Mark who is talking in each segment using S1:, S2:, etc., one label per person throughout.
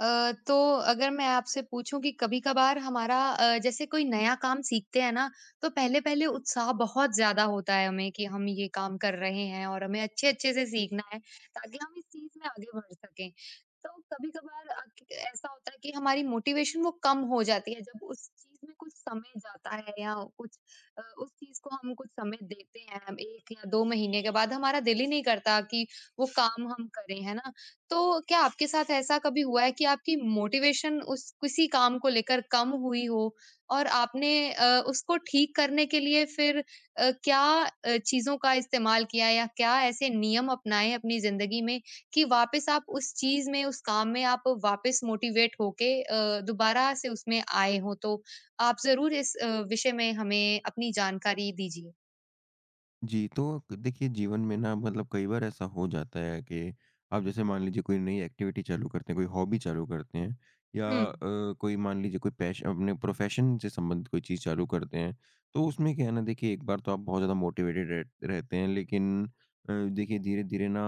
S1: तो अगर मैं आपसे पूछूं कि कभी-कभार हमारा जैसे कोई नया काम सीखते हैं ना तो पहले-पहले उत्साह बहुत ज्यादा होता है हमें कि हम ये काम कर रहे हैं और हमें अच्छे-अच्छे से सीखना है ताकि हम इस चीज में आगे बढ़ सकें। तो कभी-कभार ऐसा होता है कि हमारी मोटिवेशन वो कम हो जाती है जब उस चीज में कुछ समय जाता है या कुछ उस चीज को हम कुछ समय देते हैं हम 1 या 2 महीने के बाद हमारा दिल ही नहीं करता कि वो काम हम करें, है ना? तो क्या आपके साथ ऐसा कभी हुआ है कि आपकी मोटिवेशन उस किसी काम को लेकर कम हुई हो और आपने उसको ठीक करने के लिए फिर क्या चीज़ों का इस्तेमाल किया या क्या ऐसे नियम अपनाए अपनी ज़िंदगी में कि वापस आप उस चीज़ में, उस काम में आप वापस मोटिवेट होके दोबारा से उसमें आए हों? तो आप ज़रूर इस विषय में हमें अपनी जानकारी दीजिए।
S2: जी, तो देखिए जीवन में ना मतलब कई बार ऐसा हो जाता है कि आप जैसे मान लीजिए कोई नई एक्टिविटी चालू करते हैं, कोई हॉबी चालू करते हैं या
S1: हुँ।
S2: कोई मान लीजिए कोई पैशन अपने प्रोफेशन से संबंधित कोई चीज़ चालू करते हैं। तो उसमें क्या है ना देखिए एक बार तो आप बहुत ज़्यादा मोटिवेटेड रह रहते हैं लेकिन देखिए धीरे-धीरे ना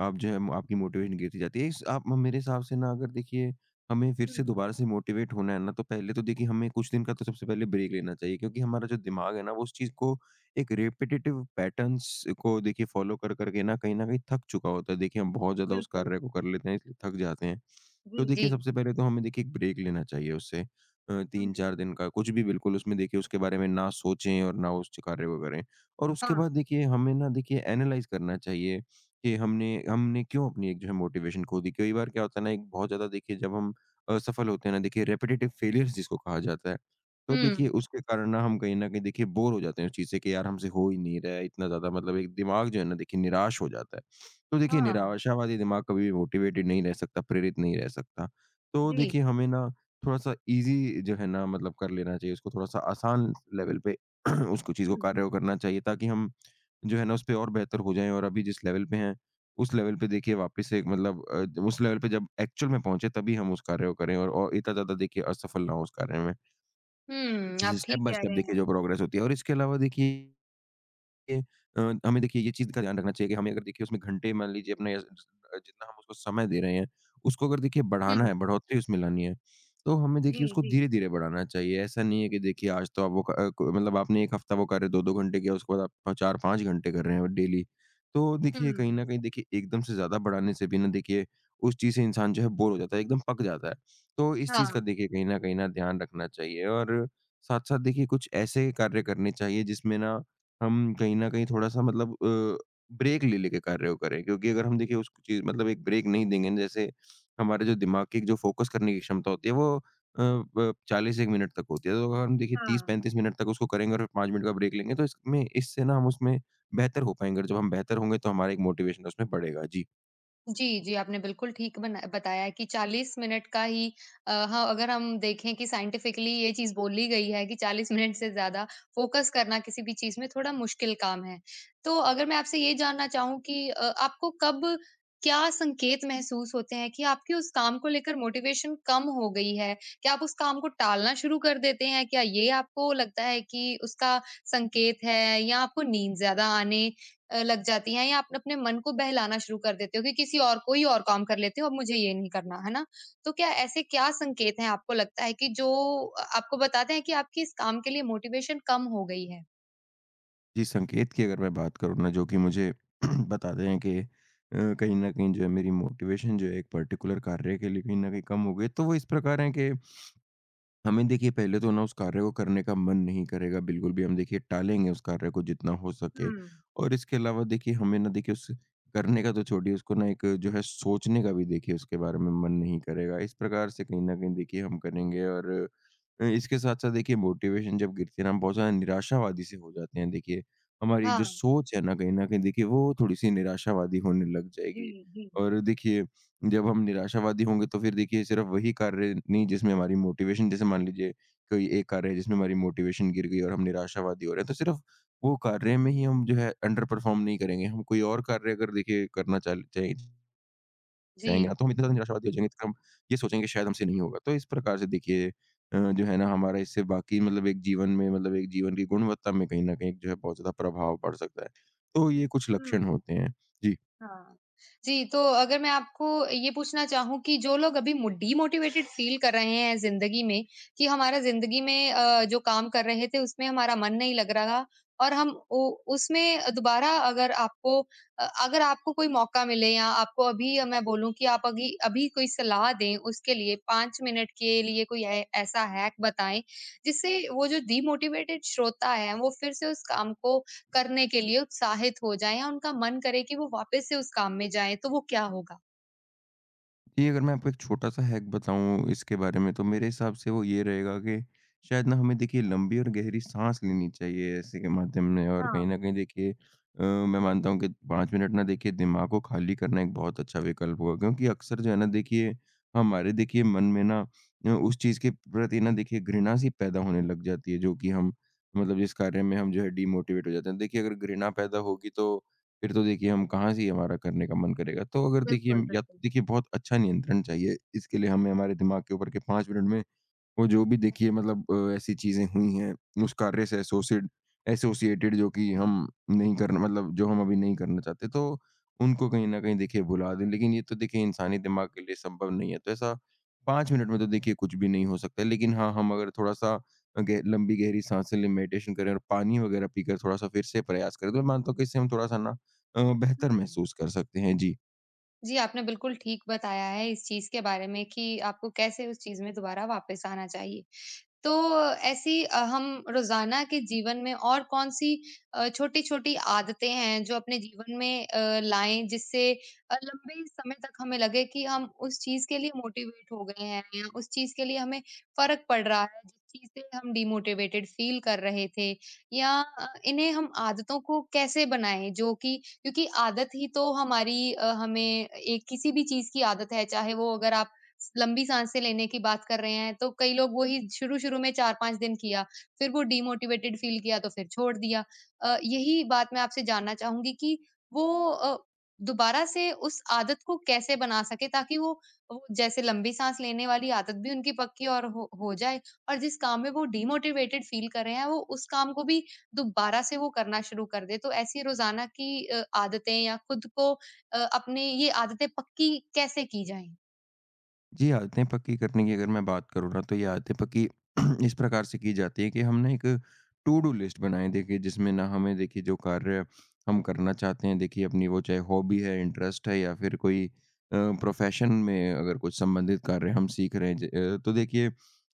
S2: आप जो है आपकी मोटिवेशन गिरती जाती है। इस आप मेरे हिसाब से ना अगर देखिए हमें फिर
S1: हुँ।
S2: से दोबारा से मोटिवेट होना है ना तो पहले तो देखिए हमें कुछ दिन का तो सबसे पहले ब्रेक लेना चाहिए, क्योंकि हमारा जो दिमाग है ना वो उस चीज़ को एक रिपिटेटिव पैटर्न्स को देखिए फॉलो कर करके ना कहीं न कहीं थक चुका होता है। देखिए हम बहुत ज़्यादा उस
S1: बिल्कुल।
S2: कार्य को कर लेते हैं इसलिए थक जाते हैं।
S1: जी,
S2: तो
S1: जी।
S2: देखिए
S1: जी।
S2: सबसे पहले तो हमें देखिए एक ब्रेक लेना चाहिए, उससे
S1: हुँ।
S2: 3-4 दिन का कुछ भी, बिल्कुल उसमें देखिए उसके बारे में ना सोचें और ना उस कार्य को करें। और उसके बाद
S1: हाँ।
S2: देखिए हमें ना देखिए एनालाइज़ करना चाहिए कि हमने हमने क्यों अपनी एक जो है मोटिवेशन खो दी। कई बार क्या होता है ना, एक बहुत ज़्यादा देखिए जब हम असफल होते हैं ना देखिए रिपिटेटिव फेलियर्स जिसको कहा जाता है। तो देखिए,
S1: हुँ।
S2: उसके कारण ना हम कहीं न कहीं देखिए बोर हो जाते हैं उस चीज़ से कि यार हमसे हो ही नहीं रहा है, इतना ज़्यादा मतलब एक दिमाग जो है ना देखिए निराश हो जाता है। तो देखिए
S1: हाँ।
S2: निराशावादी दिमाग कभी भी मोटिवेटेड नहीं रह सकता, प्रेरित नहीं रह सकता। तो
S1: जी।
S2: देखिए हमें ना थोड़ा-सा ईज़ी जो है ना मतलब कर लेना चाहिए, उसको थोड़ा-सा आसान लेवल पे उसको, चीज़ को,
S1: हुँ,
S2: कार्य
S1: हुँ।
S2: को करना चाहिए, ताकि हम जो है ना उसपे और बेहतर हो जाएँ, और अभी जिस लेवल पे हैं, उस लेवल पे देखिए वापस से एक मतलब उस लेवल पे जब एक्चुअल में पहुँचे तभी हम उस कार्य को करें, और इतना ज़्यादा देखिए असफल ना हों उस कार्य में।
S1: हुँ, आप
S2: स्टेप
S1: ठीक
S2: बाय
S1: कह
S2: स्टेप
S1: रहे
S2: देखिए
S1: हैं।
S2: जो प्रोग्रेस होती है, और इसके अलावा देखिए ये हमें देखिए ये चीज़ का ध्यान रखना चाहिए कि हमें अगर देखिए उसमें घंटे मान लीजिए अपने जितना हम उसको समय दे रहे हैं, उसको अगर देखिए
S1: हुँ।
S2: बढ़ाना है, बढ़ोतरी उसमें लानी है, तो हमें
S1: जी,
S2: देखिए उसको
S1: जी।
S2: धीरे-धीरे बढ़ाना चाहिए। ऐसा नहीं है कि देखिए आज तो आप वो क अ, क मतलब आपने 1 हफ्ता वो कार्य 2-2 घंटे किया, उसके बाद आप 4-5 घंटे कर रहे हैं डेली। तो देखिए कहीं
S1: हुँ।
S2: न कहीं देखिए एकदम से ज़्यादा बढ़ाने से भी ना देखिए उस चीज़ से इंसान जो है बोर हो जाता है, एकदम पक जाता है। तो इस चीज़ का
S1: हाँ,
S2: देखिए कहीं न कहीं ना ध्यान रखना चाहिए, और साथ-साथ देखिए कुछ ऐसे कार्य करने चाहिए जिसमें ना हम कहीं न कहीं थोड़ा-सा मतलब ब्रेक ले लेके कार्य को करें, क्योंकि अगर हम देखिए उस चीज़ मतलब एक ब्रेक नहीं देंगे ना जैसे हमारे जो दिमाग की जो फ़ोकस करने की क्षमता होती है वो अ, ब 40 1 मिनट तक होती है। तो अगर हम देखिए
S1: हाँ।
S2: 30-35 मिनट तक उसको करेंगे और 5 मिनट का ब्रेक लेंगे तो इसमें, इससे ना हम उसमें बेहतर हो पाएँगे, और जब हम बेहतर होंगे तो हमारा एक मोटिवेशन उसमें बढ़ेगा। जी।
S1: जी, जी, आपने बिल्कुल ठीक बना बताया कि 40 मिनट का ही हाँ, अगर हम देखें कि साइंटिफिकली ये चीज़ बोली गई है कि 40 मिनट से ज़्यादा फ़ोकस करना किसी भी चीज़ में थोड़ा मुश्किल काम है। तो अगर मैं आपसे ये जानना चाहूँ कि आपको कब क्या संकेत महसूस होते हैं कि आपके उस काम को लेकर मोटिवेशन कम हो गई है? क्या आप उस काम को टालना शुरू कर देते हैं? क्या ये आपको लगता है कि उसका संकेत है या आपको नींद ज़्यादा आने लग जाती हैं या आप अपने मन को बहलाना शुरू कर देते हो कि किसी और कोई और काम कर लेते हो, अब मुझे ये नहीं करना, है ना? तो क्या ऐसे क्या संकेत हैं आपको लगता है कि जो आपको बताते हैं कि आपकी इस काम के लिए मोटिवेशन कम हो गई है?
S2: जी, संकेत की अगर मैं बात करूँ ना जो कि मुझे बताते हैं कि कहीं न कहीं जो है मेरी मोटिवेशन जो है एक पर्टिकुलर कार्य के लिए कहीं न कहीं कम हो गई है। तो वो इस प्रकार है कि हमें देखिए पहले तो ना उस कार्य को करने का मन नहीं करेगा, बिल्कुल भी हम देखिए टालेंगे उस कार्य को जितना हो सके।
S1: हुँ।
S2: और इसके अलावा देखिए हमें ना देखिए उस करने का तो छोड़िए, उसको ना एक जो है सोचने का भी देखिए उसके बारे में मन नहीं करेगा, इस प्रकार से कहीं ना कहीं देखिए हम करेंगे। और इसके साथ साथ देखिए मोटिवेशन जब गिरती है ना हम बहुत ज्यादा निराशावादी से हो जाते हैं, देखिए हमारी एक जो
S1: हाँ।
S2: सोच है ना कहीं देखिए वो थोड़ी सी निराशावादी होने लग
S1: जी,
S2: जाएगी।
S1: जी।
S2: और देखिए जब हम निराशावादी होंगे तो फिर देखिए सिर्फ वही कार्य नहीं जिसमें हमारी मोटिवेशन, जैसे मान लीजिए कोई एक कार्य है जिसमें हमारी मोटिवेशन गिर गई और हम निराशावादी हो रहे हैं, तो सिर्फ वो कार्य में ही हम जो है अंडर परफॉर्म नहीं करेंगे, हम कोई और कार्य अगर देखिए करना चाहेंगे
S1: जी।
S2: ना तो हम इतना ज्यादा निराशावादी हो जाएंगे तो हम ये सोचेंगे कि शायद हमसे नहीं होगा। तो इस प्रकार से देखिए जो है ना हमारा इससे बाकी मतलब एक जीवन में, मतलब एक जीवन की गुणवत्ता में कहीं ना कहीं जो है बहुत ज्यादा प्रभाव पड़ सकता है। तो ये कुछ लक्षण
S1: हुँ।
S2: होते हैं। जी।
S1: हाँ। जी, तो अगर मैं आपको ये पूछना चाहूँ कि जो लोग अभी मो डिमोटिवेटेड फ़ील कर रहे हैं ज़िंदगी में, कि हमारा ज़िंदगी में जो काम कर रहे थे उसमें हमारा मन नहीं लग रहा और हम उ उसमें दोबारा अगर आपको अगर आपको कोई मौका मिले या आपको अभी मैं बोलूँ कि आप अगी अभी कोई सलाह दें उसके लिए 5 मिनट के लिए कोई ऐ ऐसा हैक बताएँ, जिससे वो जो डिमोटिवेटेड श्रोता है वो फिर से उस काम को करने के लिए उत्साहित हो जाएँ या उनका मन करे कि वो वापस से उस काम में जाएँ, तो वो क्या होगा?
S2: जी, अगर मैं आपको एक छोटा-सा हैक बताऊँ इसके बारे में, तो मेरे हिसाब से वो ये रहेगा कि शायद ना हमें देखिए लंबी और गहरी साँस लेनी चाहिए ऐसे के माध्यम में। और
S1: हाँ,
S2: कहीं न कहीं देखिए मैं मानता हूँ कि 5 मिनट ना देखिए दिमाग को खाली करना एक बहुत अच्छा विकल्प होगा, क्योंकि अक्सर जो है ना देखिए हमारे देखिए मन में ना उस चीज़ के प्रति ना देखिए घृणा-सी पैदा होने लग जाती है जो कि हम, मतलब जिस कार्य में हम जो है डीमोटिवेट हो जाते हैं। देखिए अगर घृणा पैदा होगी तो फिर तो देखिए हम कहाँ से ही, हमारा करने का मन करेगा। तो अगर देखिए
S1: बिल्कुल,
S2: हम या तो
S1: बिल्कुल।
S2: देखिए बहुत अच्छा नियंत्रण चाहिए, इसके लिए हमें हमारे दिमाग के ऊपर के 5 मिनट में वो जो भी देखिए मतलब ऐसी चीज़ें हुई हैं, उस कार्य से एसोसिएटेड, जो कि हम नहीं करना, मतलब जो हम अभी नहीं करना चाहते, तो उनको कहीं न कहीं देखिए भुला दें। लेकिन ये तो देखिए इंसानी दिमाग के लिए संभव नहीं है, तो ऐसा 5 मिनट में तो देखिए कुछ भी नहीं हो सकता है। लेकिन हाँ, हम अगर थोड़ा-सा गह लंबी गहरी साँसें लें, मेडिटेशन करें और पानी वगैरह पीकर थोड़ा-सा फिर से प्रयास करें, तो मैं मानता हूँ कि इससे हम थोड़ा-सा ना बेहतर
S1: हुँ।
S2: महसूस कर सकते हैं। जी।
S1: जी, आपने बिल्कुल ठीक बताया है इस चीज़ के बारे में कि आपको कैसे उस चीज़ में दोबारा वापस आना चाहिए। तो ऐसी हम रोज़ाना के जीवन में और कौन-सी छोटी-छोटी आदतें हैं जो अपने जीवन में लाएँ जिससे लंबे समय तक हमें लगे कि हम उस चीज़ के लिए मोटिवेट हो गए हैं या उस चीज़ के लिए हमें फ़र्क पड़ रहा है, जिस चीज़ से हम डिमोटिवेटेड फ़ील कर रहे थे या इन्हें हम आदतों को कैसे बनाएँ जो कि क्योंकि आदत ही तो हमारी हमें एक किसी भी चीज़ की आदत है, चाहे वो अगर आप लंबी साँसें लेने की बात कर रहे हैं, तो कई लोग वही शुरू-शुरू में 4-5 दिन किया, फिर वो डिमोटिवेटेड फ़ील किया तो फिर छोड़ दिया। यही बात मैं आपसे जानना चाहूँगी कि वो दोबारा से उस आदत को कैसे बना सकें ताकि वो जैसे लंबी साँस लेने वाली आदत भी उनकी पक्की और हो जाए और जिस काम में वो डिमोटिवेटेड फ़ील कर रहे हैं, वो उस काम को भी दोबारा से वो करना शुरू कर दें। तो ऐसी रोज़ाना की आदतें या खुद को अपने ये आदतें पक्की कैसे की जाएँ?
S2: जी, आदतें पक्की करने की अगर मैं बात करूँ ना, तो ये आदतें पक्की इस प्रकार से की जाती है कि हम ना एक टू डू लिस्ट बनाएँ, देखिए जिसमें ना हमें देखिए जो कार्य हम करना चाहते हैं देखिए अपनी, वो चाहे हॉबी है, इंटरेस्ट है, या फिर कोई प्रोफ़ेशन में अगर कुछ संबंधित कार्य हम सीख रहे हैं, तो देखिए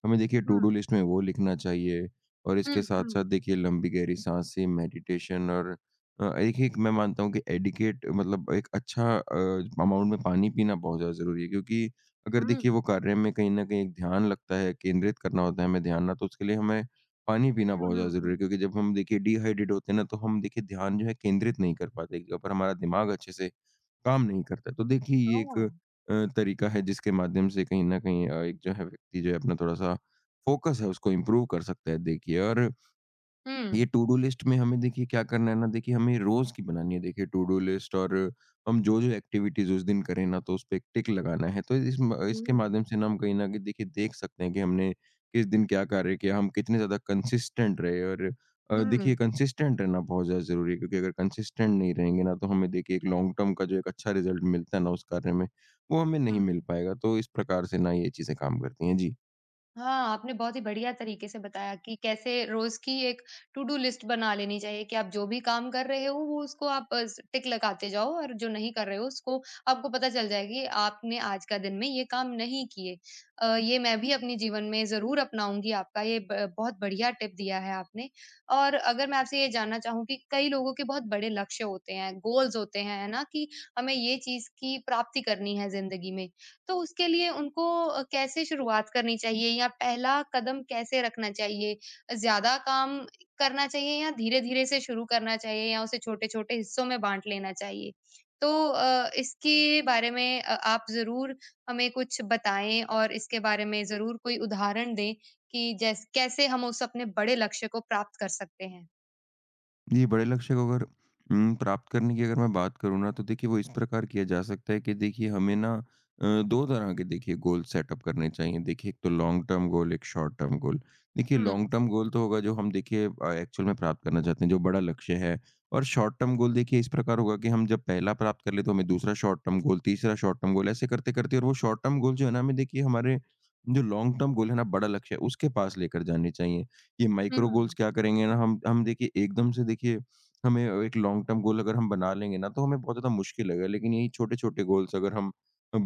S2: हमें देखिए टू डू लिस्ट में वो लिखना चाहिए। और इसके
S1: Mm, hmm.
S2: साथ-साथ देखिए लंबी गहरी साँसें, मेडिटेशन और एक एक मैं मानता हूँ कि एडिकेट मतलब एक अच्छा अमाउंट में पानी पीना बहुत ज़्यादा ज़रूरी है, क्योंकि अगर देखिए
S1: Mm.
S2: वो कार्य में कहीं न कहीं एक ध्यान लगता है, केंद्रित करना होता है हमें ध्यान ना, तो उसके लिए हमें पानी पीना
S1: Mm,
S2: बहुत
S1: hmm,
S2: ज़्यादा ज़रूरी
S1: hmm.
S2: है, क्योंकि जब हम देखिए डिहाइड्रेट होते हैं ना, तो हम देखिए ध्यान जो है केंद्रित नहीं कर पाते एक जगह पर, हमारा दिमाग अच्छे से काम नहीं करता। तो देखिए ये एक
S1: Oh.
S2: तरीका है जिसके माध्यम से कहीं न कहीं एक जो है व्यक्ति जो है अपना थोड़ा-सा फ़ोकस है उसको इम्प्रूव कर सकता है देखिए। और ये
S1: Mm,
S2: टू डू लिस्ट में हमें देखिए क्या करना है ना, देखिए हमें रोज की बनानी है देखिए टू डू लिस्ट, और हम जो जो एक्टिविटीज उस दिन करें ना तो उस पे एक टिक लगाना है। तो इस इसके
S1: mm,
S2: माध्यम से ना हम कहीं ना कहीं देखिए देख सकते हैं कि हमने किस दिन क्या कार्य किया, हम कितने ज्यादा कंसिस्टेंट रहे। और देखिए
S1: mm,
S2: कंसिस्टेंट रहना बहुत ज्यादा जरूरी है, क्योंकि अगर कंसिस्टेंट नहीं रहेंगे ना तो हमें देखिए एक लॉन्ग टर्म का जो एक अच्छा रिजल्ट मिलता है ना उस कार्य में, वो हमें नहीं मिल
S1: hmm.
S2: पाएगा। तो इस प्रकार से ना ये चीजें काम करती हैं। जी।
S1: हाँ, आपने बहुत ही बढ़िया तरीके से बताया कि कैसे रोज़ की एक टू डू लिस्ट बना लेनी चाहिए कि आप जो भी काम कर रहे हो वो उसको आप अ, स टिक लगाते जाओ और जो नहीं कर रहे हो उसको आपको पता चल जाएगा कि आपने आज का दिन में ये काम नहीं किए। ये मैं भी अपने जीवन में ज़रूर अपनाऊँगी आपका ये ब बहुत बढ़िया टिप दिया है आपने। और अगर मैं आपसे ये जानना चाहूँ कि कई लोगों के बहुत बड़े लक्ष्य होते हैं, गोल्स होते हैं, है ना? कि हमें ये चीज़ की प्राप्ति करनी है ज़िंदगी में। तो उसके लिए उनको कैसे शुरुआत करनी चाहिए या पहला कदम कैसे रखना चाहिए? ज़्यादा काम करना चाहिए या धीरे-धीरे से शुरू करना चाहिए या उसे छोटे-छोटे हिस्सों में बाँट लेना चाहिए? तो इसके बारे में आप ज़रूर हमें कुछ बताएँ और इसके बारे में ज़रूर कोई उदाहरण दें कि जैस कैसे हम उस अपने बड़े लक्ष्य को प्राप्त कर सकते हैं?
S2: जी, बड़े लक्ष्य को अगर प्राप्त करने की अगर मैं बात करूँ ना, तो देखिए वो इस प्रकार किया जा सकता है कि देखिए हमें ना 2 तरह के देखिए गोल सेटअप करने चाहिए। देखिए एक तो लॉन्ग टर्म गोल, एक शॉर्ट टर्म गोल। देखिए
S1: हुँ,
S2: लॉन्ग टर्म गोल तो होगा जो हम देखिए एक्चुअल में प्राप्त करना चाहते हैं, जो बड़ा लक्ष्य है। और शॉर्ट टर्म गोल देखिए इस प्रकार होगा कि हम जब पहला प्राप्त कर ले तो हमें दूसरा शॉर्ट टर्म गोल, तीसरा शॉर्ट टर्म गोल ऐसे करते-करते, और वो शॉर्ट टर्म गोल जो है ना हमें देखिए हमारे जो लॉन्ग टर्म गोल है ना, बड़ा लक्ष्य है, उसके पास लेकर जाने चाहिए। ये
S1: हुँ,
S2: माइक्रो गोल्स क्या करेंगे ना, हम देखिए एकदम से देखिए हमें एक लॉन्ग टर्म गोल अगर हम बना लेंगे ना तो हमें बहुत ज़्यादा मुश्किल लगेगा, लेकिन यही छोटे-छोटे गोल्स अगर हम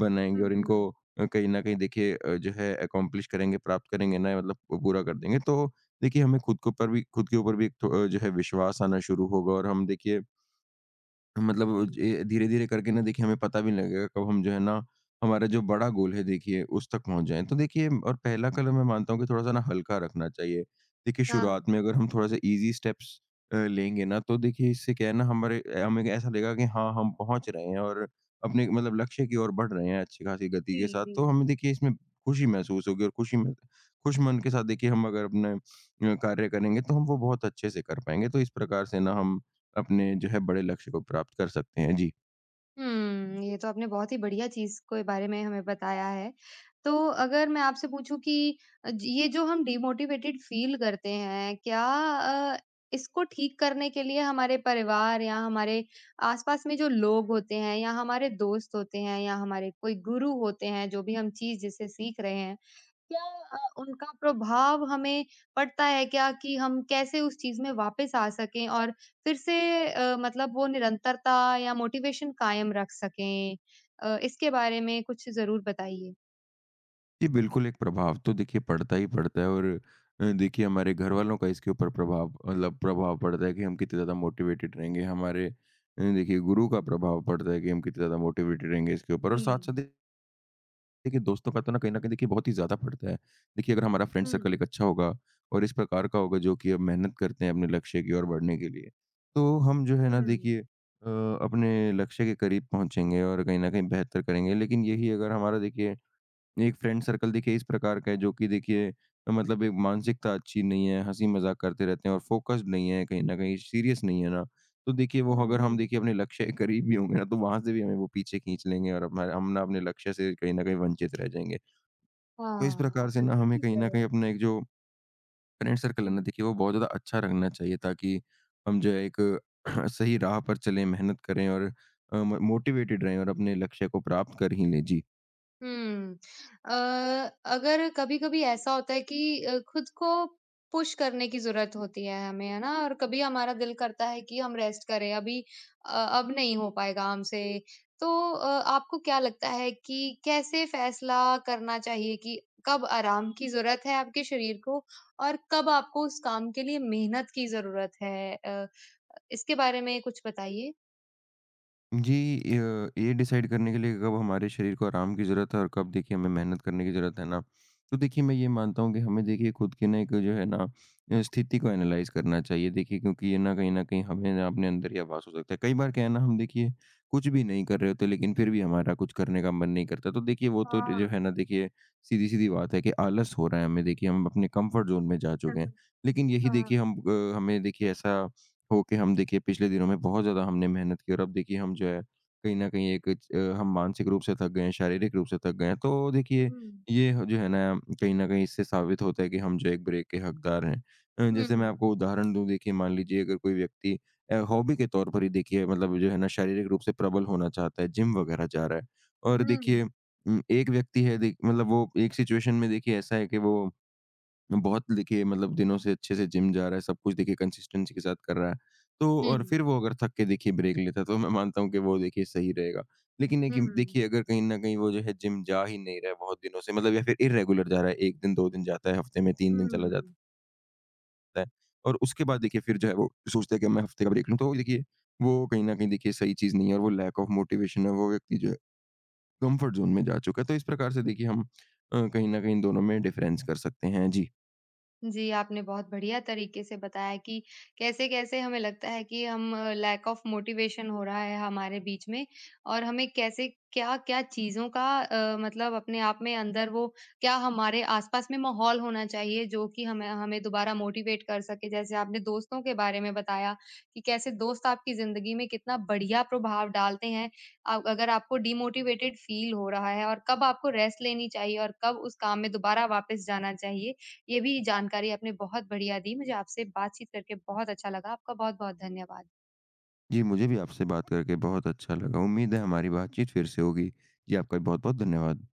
S2: बनाएँगे
S1: हुँ,
S2: और इनको
S1: हुँ,
S2: कहीं न कहीं देखिए जो है अकॉम्प्लिश करेंगे, प्राप्त करेंगे ना मतलब पूरा कर देंगे तो देखिए हमें खुद के ऊपर भी खुद के ऊपर भी एक जो है विश्वास आना शुरू होगा और हम देखिए मतलब
S1: जी।
S2: जे धीरे-धीरे करके ना देखिए हमें पता भी नहीं लगेगा कब हम जो है ना, हमारा जो बड़ा गोल है देखिए उस तक पहुँच जाएँ। तो देखिए और पहला कदम मैं मानता हूँ कि थोड़ा-सा ना हल्का रखना चाहिए। देखिए
S1: हाँ।
S2: शुरुआत में अगर हम थोड़ा-सा ईज़ी स्टेप्स लेंगे ना तो देखिए इससे क्या है ना हमारे हमें ऐसा लगेगा कि हाँ, हम पहुँच रहे हैं और अपने मतलब लक्ष्य की ओर बढ़ रहे हैं अच्छी खासी गति
S1: जी,
S2: के साथ।
S1: जी।
S2: तो हमें देखिए इसमें खुशी महसूस होगी और खुशी में खुश मन के साथ देखिए हम अगर अपने कार्य करेंगे तो हम वो बहुत अच्छे से कर पाएँगे। तो इस प्रकार से ना हम अपने जो है बड़े लक्ष्य को प्राप्त कर सकते हैं। जी।
S1: हुँ, ये तो आपने बहुत ही बढ़िया चीज़ के बारे में हमें बताया है। तो अगर मैं आपसे पूछूँ कि अ, ज ये जो हम डिमोटिवेटेड फ़ील करते हैं, क्या अ, इसको ठीक करने के लिए हमारे परिवार या हमारे आस-पास में जो लोग होते हैं या हमारे दोस्त होते हैं या हमारे कोई गुरु होते हैं, जो भी हम चीज़ जिससे सीख रहे हैं क्या उनका प्रभाव हमें पड़ता है क्या कि हम कैसे उस चीज़ में वापस आ सकें और फिर से मतलब वो निरंतरता या मोटिवेशन कायम रख सकें? इसके बारे में कुछ ज़रूर बताइए।
S2: जी, बिल्कुल एक प्रभाव तो देखिए पड़ता ही पड़ता है और देखिए हमारे घरवालों का इसके ऊपर प्रभाव मतलब प्रभाव पड़ता है कि हम कितने ज़्यादा मोटिवेटेड रहेंगे। हमारे देखिए गुरु का प्रभाव पड़ता है कि हम कितने ज़्यादा मोटिवेटेड रहेंगे इसके ऊपर
S1: जी।
S2: और साथ-साथ देखिए, दोस्तों का तो ना कहीं न कहीं देखिए बहुत ही ज़्यादा पड़ता है। देखिए, अगर हमारा फ्रेंड सर्कल
S1: हुँ,
S2: एक अच्छा होगा और इस प्रकार का होगा जो कि अब मेहनत करते हैं अपने लक्ष्य की ओर बढ़ने के लिए, तो हम जो है ना
S1: हुँ,
S2: देखिए अपने लक्ष्य के करीब पहुँचेंगे और कहीं न कहीं बेहतर करेंगे। लेकिन यही अगर हमारा देखिए एक फ्रेंड सर्कल देखिए इस प्रकार का है जो कि देखिए मतलब एक मानसिकता अच्छी नहीं है, हँसी-मज़ाक करते रहते हैं और फ़ोकस्ड नहीं है, कहीं न कहीं सीरियस नहीं है ना, तो देखिए वो
S1: हुँ,
S2: अगर हम
S1: हुँ।
S2: देखिए अपने लक्ष्य के करीब भी होंगे ना, तो वहाँ से भी हमें वो पीछे खींच लेंगे और हमारा हम ना अपने लक्ष्य से कहीं न कहीं वंचित रह जाएँगे। तो इस
S1: हाँ।
S2: प्रकार
S1: आप
S2: से ना
S1: बिल्कुल
S2: हमें
S1: ठीक
S2: कहीं
S1: कह
S2: न
S1: रहे
S2: कहीं
S1: हैं।
S2: अपना एक जो फ्रेंड सर्कल
S1: जी।
S2: है ना देखिए वो बहुत ज़्यादा अच्छा रखना चाहिए, ताकि हम जो है एक सही राह पर चलें, मेहनत करें और अ, म मोटिवेटेड रहें और अपने लक्ष्य को प्राप्त कर ही लें। जी।
S1: हुँ। अ, अगर कभी-कभी ऐसा होता है कि खुद को पुश करने की ज़रूरत होती है हमें, है ना? और कभी हमारा दिल करता है कि हम रेस्ट करें, अभी अ, अब नहीं हो पाएगा हमसे। तो अ, आपको क्या लगता है कि कैसे फैसला करना चाहिए कि कब आराम की ज़रूरत है आपके शरीर को और कब आपको उस काम के लिए मेहनत की ज़रूरत है? इसके बारे में कुछ बताइए।
S2: जी, ये डिसाइड करने के लिए कब हमारे शरीर को आराम की ज़रूरत है और कब देखिए हमें मेहनत करने की ज़रूरत है ना, तो देखिए मैं ये मानता हूँ कि हमें देखिए खुद की ना एक जो है ना स्थिति को एनालाइज़ करना चाहिए, देखिए क्योंकि ये ना कहीं न कहीं हमें ना अपने अंदर ही आभास हो सकता है। कई बार क्या है ना, हम देखिए कुछ भी नहीं कर रहे होते लेकिन फिर भी हमारा कुछ करने का मन नहीं करता। तो देखिए वो तो जो
S1: हाँ।
S2: है ना देखिए सीधी-सीधी बात है कि आलस हो रहा है, हमें देखिए हम अपने कम्फर्ट ज़ोन में जा चुके हैं। लेकिन यही देखिए
S1: हाँ।
S2: हमें देखिए ऐसा होके हम देखिए पिछले दिनों में बहुत ज़्यादा हमने मेहनत की और अब देखिए हम जो है कहीं न कहीं एक हम मानसिक रूप से थक गए हैं, शारीरिक रूप से थक गए हैं। तो देखिए
S1: हुँ।
S2: ये ह जो है ना कहीं न कहीं इससे साबित होता है कि हम जो है एक ब्रेक के हकदार हैं। जैसे मैं
S1: हुँ।
S2: आपको उदाहरण दूँ, देखिए मान लीजिए अगर कोई व्यक्ति हॉबी के तौर पर ही देखिए मतलब जो है ना शारीरिक रूप से प्रबल होना चाहता है, जिम वगैरह जा रहा है और
S1: हुँ।
S2: देखिए एक व्यक्ति है देख मतलब वो एक सिचुएशन में देखिए ऐसा है कि वो बहुत देखिए मतलब दिनों से अच्छे से जिम जा रहा है, सब कुछ देखिए कंसिस्टेंसी के साथ कर रहा है। तो
S1: हुँ।
S2: और फिर वो अगर थक के देखिए ब्रेक लेता है, तो मैं मानता हूँ कि वो देखिए सही रहेगा। लेकिन है
S1: हुँ,
S2: कि देखिए अगर कहीं न कहीं वो जो है जिम जा ही नहीं रहा है बहुत दिनों से मतलब या फिर इर्रेगुलर जा रहा है, 1 दिन, 2 दिन जाता है, हफ्ते में 3 दिन चला जाता
S1: हुँ।
S2: है और उसके बाद देखिए फिर जो है वो सोचता है कि मैं हफ्ते का ब्रेक लूँ। तो देखिए वो कहीं न कहीं देखिए सही चीज़ नहीं है और वो लैक ऑफ मोटिवेशन है, वो व्यक्ति जो है कंफर्ट ज़ोन में जा चुका है। तो इस प्रकार से देखिए हम कहीं न कहीं इन दोनों में डिफरेंस कर सकते हैं। जी।
S1: जी, आपने बहुत बढ़िया तरीके से बताया कि कैसे-कैसे हमें लगता है कि हम लैक ऑफ मोटिवेशन हो रहा है हमारे बीच में और हमें कैसे क्या-क्या चीज़ों का मतलब अपने आप में अंदर वो क्या हमारे आस-पास में माहौल होना चाहिए जो कि हमें हमें दोबारा मोटिवेट कर सके। जैसे आपने दोस्तों के बारे में बताया कि कैसे दोस्त आपकी ज़िंदगी में कितना बढ़िया प्रभाव डालते हैं। अगर आपको डिमोटिवेटेड फ़ील हो रहा है और कब आपको रेस्ट लेनी चाहिए और कब उस काम में दोबारा वापस जाना चाहिए। ये भी जानकारी आपने बहुत बढ़िया दी। मुझे आपसे बातचीत करके बहुत अच्छा लगा। आपका बहुत-बहुत धन्यवाद।
S2: जी, मुझे भी आपसे बात करके बहुत अच्छा लगा। उम्मीद है हमारी बातचीत फिर से होगी। जी, आपका भी बहुत-बहुत धन्यवाद।